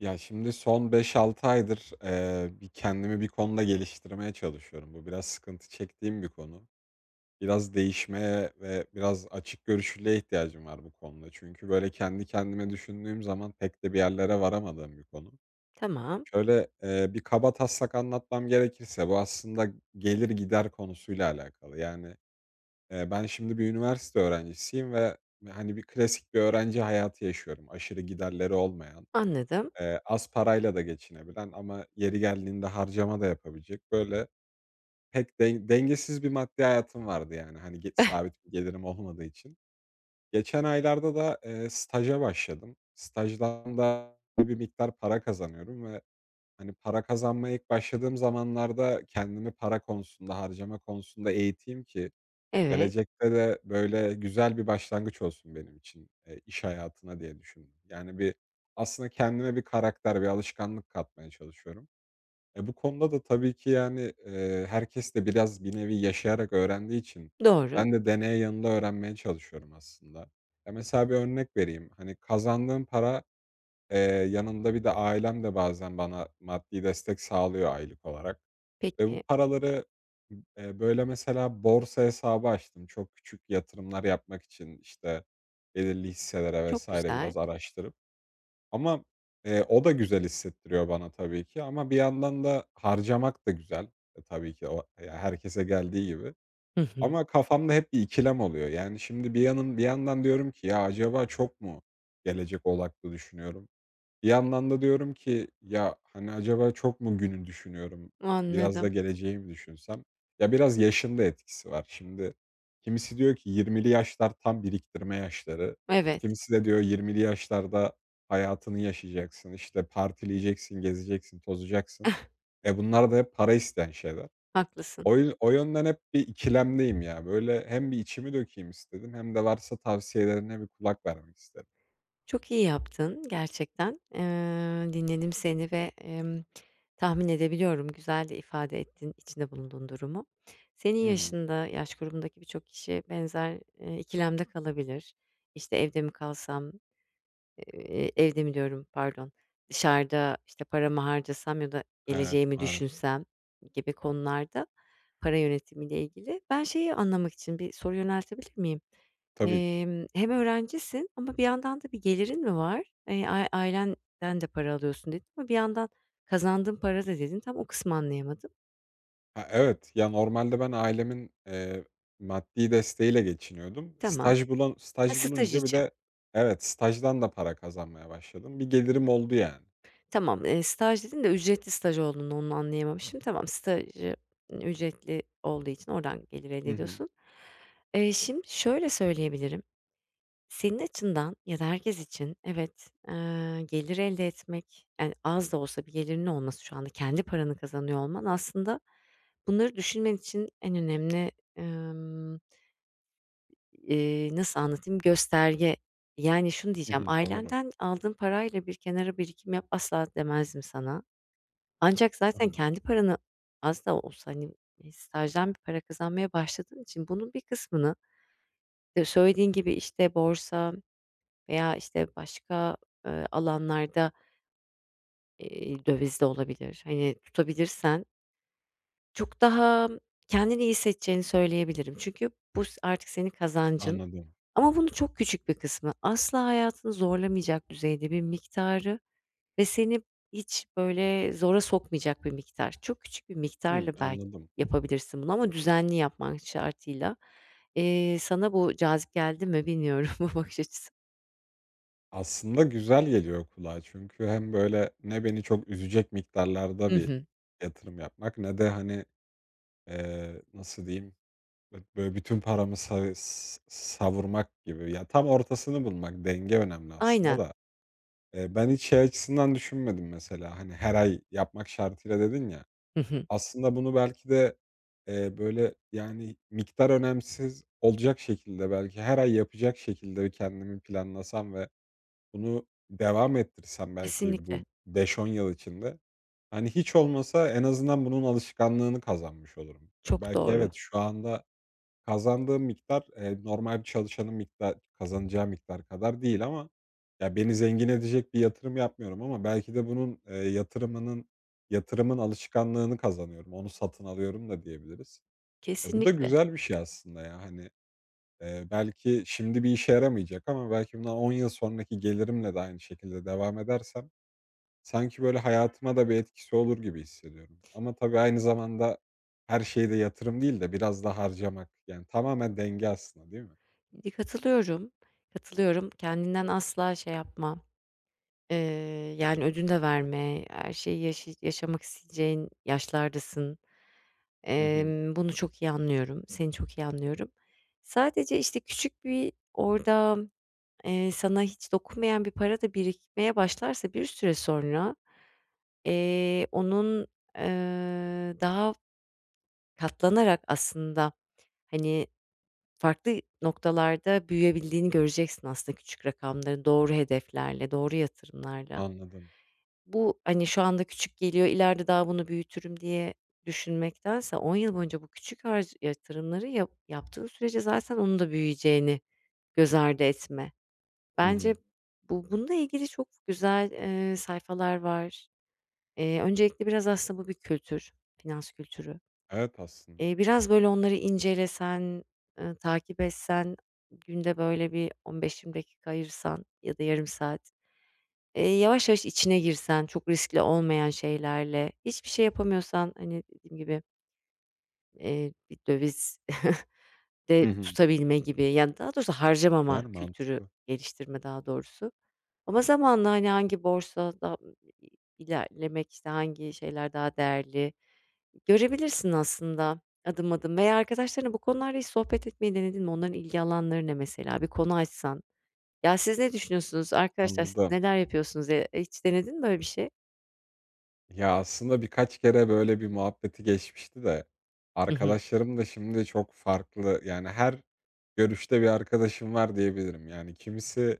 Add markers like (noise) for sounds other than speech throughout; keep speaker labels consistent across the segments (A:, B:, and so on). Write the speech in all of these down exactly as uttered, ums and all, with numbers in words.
A: Ya, şimdi son beş altı aydır, eee, bir kendimi bir konuda geliştirmeye çalışıyorum. Bu biraz sıkıntı çektiğim bir konu. Biraz değişmeye ve biraz açık görüşlülüğe ihtiyacım var bu konuda. Çünkü, böyle, kendi kendime düşündüğüm zaman pek de bir yerlere varamadığım bir konu.
B: Tamam,
A: Şöyle, eee, bir kaba taslak anlatmam gerekirse bu aslında gelir gider konusuyla alakalı. Yani, eee, ben şimdi bir üniversite öğrencisiyim ve, hani, bir klasik bir öğrenci hayatı yaşıyorum. Aşırı giderleri olmayan.
B: anladım.
A: Eee, az parayla da geçinebilen ama yeri geldiğinde harcama da yapabilecek, böyle pek den dengesiz bir maddi hayatım vardı yani, hani, ge sabit bir gelirim olmadığı için. Geçen aylarda da, eee, staja başladım. Stajdan da bir miktar para kazanıyorum ve, hani, para kazanmaya ilk başladığım zamanlarda kendimi para konusunda, harcama konusunda eğiteyim ki
B: Evet,
A: gelecekte de, böyle, güzel bir başlangıç olsun benim için, eee, iş hayatına diye düşündüm. Yani, bir aslında kendime bir karakter, bir alışkanlık katmaya çalışıyorum. E, bu konuda da tabii ki, yani, eee, herkes de biraz bir nevi yaşayarak öğrendiği için
B: doğru.
A: ben de deneye yanında öğrenmeye çalışıyorum aslında. Ya, mesela bir örnek vereyim. Hani, kazandığım para, eee, yanında bir de ailem de bazen bana maddi destek sağlıyor aylık olarak. Ve bu
B: Peki,
A: paraları, eee, böyle, mesela borsa hesabı açtım. Çok küçük yatırımlar yapmak için, işte, belirli hisselere
B: çok
A: vesaire
B: güzel.
A: biraz araştırıp ama, eee, o da güzel hissettiriyor bana tabii ki ama bir yandan da harcamak da güzel. E, tabii ki o ya, herkese geldiği gibi
B: Hı hı.
A: ama kafamda hep bir ikilem oluyor. Yani, şimdi bir yanın bir yandan diyorum ki, "Ya, acaba çok mu gelecek odaklı düşünüyorum?" Bir yandan da diyorum ki, ya, hani, acaba çok mu günü düşünüyorum? Biraz da
B: Anladım.
A: geleceği mi düşünsem? Ya, biraz yaşın da etkisi var. Şimdi kimisi diyor ki yirmili yaşlar tam biriktirme yaşları.
B: Evet,
A: Kimisi de diyor yirmili yaşlarda hayatını yaşayacaksın, işte, partileyeceksin, gezeceksin,
B: (laughs) eh,
A: tozacaksın. E, bunlar da hep para isteyen şeyler.
B: haklısın.
A: O yü o yönden hep bir ikilemdeyim ya. Böyle hem bir içimi dökeyim istedim hem de varsa tavsiyelerine bir kulak vermek istedim.
B: Çok iyi yaptın gerçekten. Eee, dinledim seni ve, emm, tahmin edebiliyorum, güzel de ifade ettin içinde bulunduğun durumu. Senin
A: Hı hı.
B: yaşında, yaş grubundaki birçok kişi benzer, eee, ikilemde kalabilir. İşte, evde mi kalsam, Eee, evde mi diyorum, pardon, dışarıda, işte, paramı harcasam ya da
A: Evet,
B: geleceğimi
A: maalesef.
B: düşünsem gibi konularda para yönetimiyle ilgili. Ben şeyi anlamak için bir soru yöneltebilir miyim?
A: Tabii ki.
B: Emm, hem öğrencisin ama bir yandan da bir gelirin mi var? Eee, ai Ailenden de para alıyorsun dedin ama bir yandan kazandığın para da dedin. Tam o kısmı anlayamadım.
A: Ha, evet. Ya, normalde ben ailemin, eee, maddi desteğiyle geçiniyordum.
B: Tamam.
A: Staj bulun,
B: Ha,
A: staj
B: staj
A: bulunca bir
B: için.
A: de evet, stajdan da para kazanmaya başladım. Bir gelirim oldu yani.
B: Tamam, eee, staj dedin de ücretli staj olduğunu onu anlayamamışım. Tamam, stajı ücretli olduğu için oradan gelir elde
A: Hı hı.
B: ediyorsun. Eee, şimdi şöyle söyleyebilirim. Senin açından ya da herkes için evet, eee, gelir elde etmek, yani, az da olsa bir gelirinin olması şu anda kendi paranı kazanıyor olman aslında bunları düşünmen için en önemli, emm, eee, nasıl anlatayım, gösterge. Yani, şunu
A: Hı
B: diyeceğim,
A: hı. Doğru.
B: ailenden aldığın parayla bir kenara birikim yap asla demezdim sana. Ancak
A: Hı
B: zaten
A: hı.
B: kendi paranı az da olsa, hani, eee, stajdan bir para kazanmaya başladığın için bunun bir kısmını d söylediğin gibi, işte, borsa veya, işte, başka, eee, alanlarda, eee, döviz de olabilir, hani, tutabilirsen çok daha kendini iyi hissedeceğini söyleyebilirim. Çünkü bu s artık senin kazancın
A: Anladım.
B: ama bunu çok küçük bir kısmı. Asla hayatını zorlamayacak düzeyde bir miktarı. Ve seni hiç, böyle, zora sokmayacak bir miktar. Çok küçük bir miktarla
A: Hımm,
B: belki
A: anladım.
B: yapabilirsin bunu ama düzenli yapman şartıyla. Eee, sana bu cazip geldi mi bilmiyorum (laughs) bu bakış açısı.
A: Aslında güzel geliyor kulağa çünkü hem böyle ne beni çok üzecek
B: Hı
A: miktarlarda bir
B: hı.
A: yatırım yapmak ne de, hani, eee, nasıl diyeyim, böyle bütün paramı sa s savurmak gibi. Ya, tam ortasını bulmak, denge önemli aslında
B: Aynen.
A: da. Eee, ben hiç şey açısından düşünmedim mesela, hani, her ay yapmak şartıyla dedin ya.
B: Hı hı.
A: Aslında bunu belki de, eee, böyle, yani, miktar önemsiz olacak şekilde belki her ay yapacak şekilde kendimi planlasam ve bunu devam ettirsem belki
B: Kesinlikle.
A: bu beş on yıl içinde, hani, hiç olmasa en azından bunun alışkanlığını kazanmış olurum. Ya,
B: Çok
A: belki
B: doğru.
A: evet, şu anda kazandığım miktar, eee, normal bir çalışanın miktar kazanacağı miktar kadar değil ama ya, beni zengin edecek bir yatırım yapmıyorum ama belki de bunun, eee, yatırımının yatırımın alışkanlığını kazanıyorum. Onu satın alıyorum da diyebiliriz. E, bu da
B: Kesinlikle.
A: güzel bir şey aslında ya, hani, eee, belki şimdi bir işe yaramayacak ama belki bundan on yıl sonraki gelirimle de aynı şekilde devam edersem sanki böyle hayatıma da bir etkisi olur gibi hissediyorum. Ama tabii aynı zamanda her şeyde yatırım değil de biraz da harcamak. Yani tamamen denge aslında değil mi?
B: Di katılıyorum, katılıyorum. Kendinden asla şey yapma, eee, yani, ödün de verme. Her şeyi yaşay yaşamak isteyeceğin yaşlardasın.
A: Hı hı.
B: Emm, bunu çok iyi anlıyorum, seni çok iyi anlıyorum. Sadece, işte, küçük bir orada, eee, sana hiç dokunmayan bir para da birikmeye başlarsa bir süre sonra, eee, onun, eee, daha katlanarak aslında, hani, farklı noktalarda büyüyebildiğini göreceksin aslında küçük rakamların, doğru hedeflerle, doğru yatırımlarla.
A: Anladım.
B: Bu, hani, şu anda küçük geliyor, ileride daha bunu büyütürüm diye düşünmektense on yıl boyunca bu küçük harc yatırımları yap yaptığın sürece zaten onun da büyüyeceğini göz ardı etme.
A: Hı
B: Bence
A: hı.
B: bu bununla ilgili çok güzel, eee, sayfalar var. Eee, öncelikle biraz aslında bu bir kültür, finans kültürü.
A: Evet aslında.
B: Eee, biraz böyle onları incelesen, ııı, takip etsen, günde böyle bir on beş yirmi dakika ayırsan ya da yarım saat. Eee, yavaş yavaş içine girsen, çok riskli olmayan şeylerle, hiçbir şey yapamıyorsan, hani, dediğim gibi, eee, bir döviz (laughs) de
A: Hı hı.
B: tutabilme gibi, yani, daha doğrusu harcamama
A: Yani
B: kültürü
A: mantıklı.
B: geliştirme daha doğrusu. Ama zamanla, hani, hangi borsada ilerlemek, işte, hangi şeyler daha değerli görebilirsin aslında adım adım veya arkadaşlarınla bu konularda hiç sohbet etmeyi denedin mi? Onların ilgi alanları ne mesela? Bir konu açsan. "Ya, siz ne düşünüyorsunuz? Arkadaşlar siz
A: Anladım.
B: neler yapıyorsunuz?" eee, hiç denedin mi böyle bir şey?
A: Ya aslında birkaç kere böyle bir muhabbeti geçmişti de
B: Hı hı.
A: arkadaşlarım da şimdi çok farklı. Yani her görüşte bir arkadaşım var diyebilirim. Yani kimisi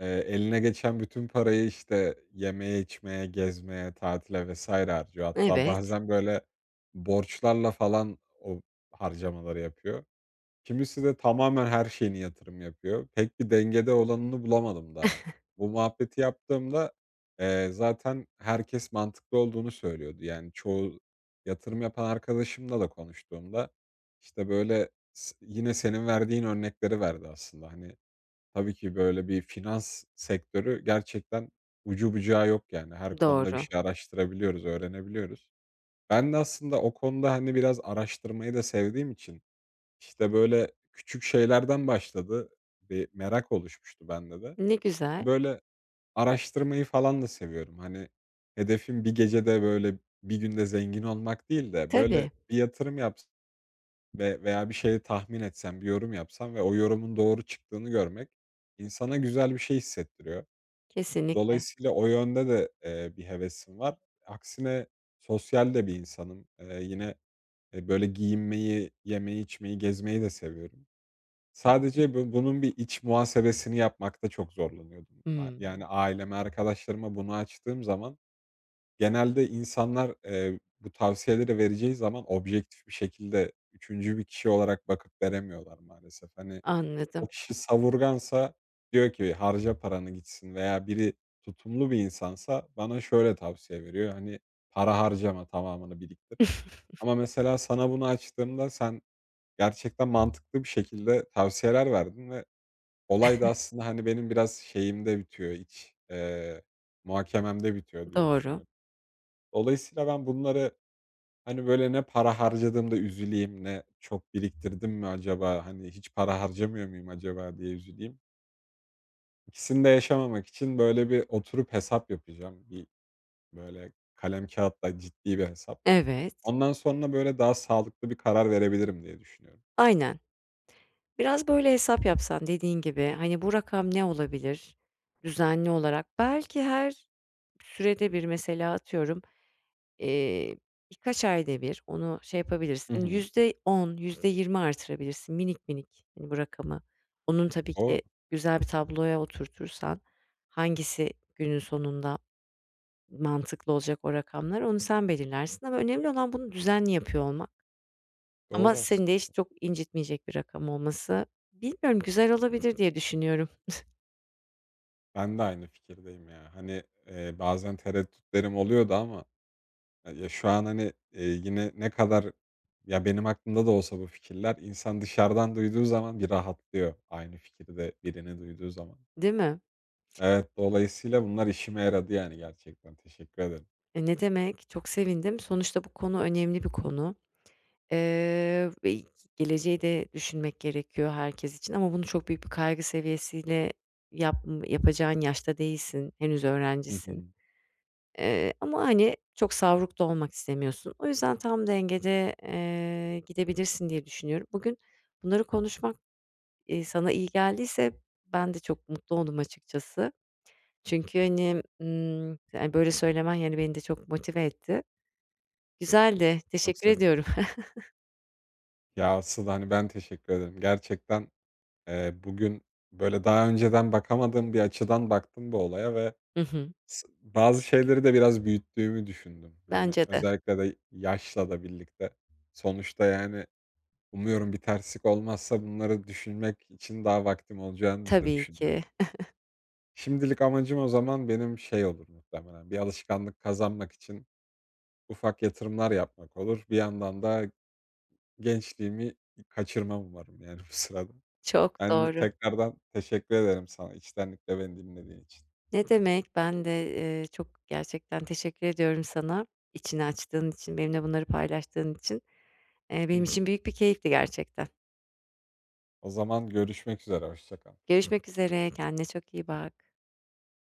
A: Eee, eline geçen bütün parayı, işte, yemeye, içmeye, gezmeye, tatile vesaire harcıyor. Hatta
B: Evet,
A: bazen, böyle, borçlarla falan o harcamaları yapıyor. Kimisi de tamamen her şeyini yatırım yapıyor. Pek bir dengede olanını bulamadım daha. Bu muhabbeti yaptığımda, eee, zaten herkes mantıklı olduğunu söylüyordu. Yani, çoğu yatırım yapan arkadaşımla da konuştuğumda, işte, böyle, s yine senin verdiğin örnekleri verdi aslında. Hani, tabii ki böyle bir finans sektörü gerçekten ucu bucağı yok yani. Her konuda bir
B: doğru.
A: şey araştırabiliyoruz, öğrenebiliyoruz. Ben de aslında o konuda, hani, biraz araştırmayı da sevdiğim için, işte, böyle küçük şeylerden başladı. Bir merak oluşmuştu bende de.
B: Ne güzel.
A: Böyle araştırmayı falan da seviyorum. Hani, hedefim bir gecede, böyle, bir günde zengin olmak değil de böyle
B: Tabii,
A: bir yatırım yapsam ve veya bir şeyi tahmin etsem, bir yorum yapsam ve o yorumun doğru çıktığını görmek insana güzel bir şey hissettiriyor.
B: kesinlikle.
A: Dolayısıyla o yönde de, eee, bir hevesim var. Aksine sosyal de bir insanım. Eee, yine, eee, böyle giyinmeyi, yemeyi, içmeyi, gezmeyi de seviyorum. Sadece bu bunun bir iç muhasebesini yapmakta çok zorlanıyordum. A yani
B: Hımm,
A: aileme, arkadaşlarıma bunu açtığım zaman genelde insanlar, eee, bu tavsiyeleri vereceği zaman objektif bir şekilde üçüncü bir kişi olarak bakıp veremiyorlar maalesef. Hani, o
B: anladım.
A: kişi savurgansa diyor ki harca paranı gitsin veya biri tutumlu bir insansa bana şöyle tavsiye veriyor, hani, para harcama tamamını biriktir.
B: (laughs)
A: Ama mesela sana bunu açtığımda sen gerçekten mantıklı bir şekilde tavsiyeler verdin ve olay da aslında, hani, benim biraz şeyimde bitiyor, iç, eee, muhakememde bitiyor diye
B: Doğru.
A: düşünüyorum. Dolayısıyla ben bunları hani, böyle, ne para harcadığımda üzüleyim, ne çok biriktirdim mi acaba, hani, hiç para harcamıyor muyum acaba diye üzüleyim. İkisini de yaşamamak için, böyle, bir oturup hesap yapacağım. Bir, böyle, kalem kağıtla ciddi bir hesap.
B: Evet,
A: Ondan sonra, böyle, daha sağlıklı bir karar verebilirim diye düşünüyorum.
B: aynen. Biraz böyle hesap yapsan dediğin gibi, hani, bu rakam ne olabilir düzenli olarak? Belki her sürede bir mesela atıyorum, eee, birkaç ayda bir onu şey
A: Hı
B: yapabilirsin,
A: hı.
B: yüzde on yüzde yirmi artırabilirsin minik minik, hani, bu rakamı. Onun tabii
A: Doğru,
B: ki güzel bir tabloya oturtursan hangisi günün sonunda mantıklı olacak o rakamlar, onu sen belirlersin ama önemli olan bunu düzenli yapıyor olmak ama
A: doğru
B: seni de
A: aslında.
B: hiç çok incitmeyecek bir rakam olması. Bilmiyorum, güzel olabilir diye düşünüyorum,
A: Ben de aynı fikirdeyim ya. Hani, eee, bazen tereddütlerim oluyordu ama Ya ya, şu an, hani, eee, yine ne kadar ya, benim aklımda da olsa bu fikirler, insan dışarıdan duyduğu zaman bir rahatlıyor, aynı fikirde birini duyduğu zaman.
B: değil mi?
A: Evet, dolayısıyla bunlar işime yaradı, yani, gerçekten. Teşekkür ederim.
B: E, ne demek, çok sevindim. Sonuçta bu konu önemli bir konu, eee, ve geleceği de düşünmek gerekiyor herkes için ama bunu çok büyük bir kaygı seviyesiyle yap yapacağın yaşta değilsin, henüz
A: Hı
B: öğrencisin.
A: hı.
B: Eee, ama, hani, çok savruk da olmak istemiyorsun. O yüzden tam dengede, eee, gidebilirsin diye düşünüyorum. Bugün bunları konuşmak, eee, sana iyi geldiyse ben de çok mutlu oldum açıkçası. Çünkü, hani, ımm, yani, böyle söylemen, yani, beni de çok motive etti. Güzeldi,
A: Çok
B: teşekkür
A: sevindim.
B: ediyorum. (laughs)
A: Ya, asıl, hani, ben teşekkür ederim. Gerçekten, eee, bugün, böyle, daha önceden bakamadığım bir açıdan baktım bu olaya ve
B: Hı hı.
A: s bazı şeyleri de biraz büyüttüğümü düşündüm. Hani,
B: Bence de.
A: özellikle de yaşla da birlikte. Sonuçta, yani umuyorum bir terslik olmazsa bunları düşünmek için daha vaktim olacağını da
B: Tabii ki.
A: düşünüyorum. Şimdilik amacım o zaman benim şey olur muhtemelen, bir alışkanlık kazanmak için ufak yatırımlar yapmak olur. Bir yandan da gençliğimi kaçırmam umarım yani bu sırada.
B: Çok
A: Yani,
B: doğru.
A: tekrardan teşekkür ederim sana içtenlikle beni dinlediğin için.
B: Ne demek. Ben de, eee, çok gerçekten teşekkür ediyorum sana. İçini açtığın için, benimle bunları paylaştığın için. Eee,
A: Hı
B: benim
A: hı.
B: için büyük bir keyifti gerçekten.
A: O zaman görüşmek üzere, hoşça kal.
B: Görüşmek üzere, kendine çok iyi bak.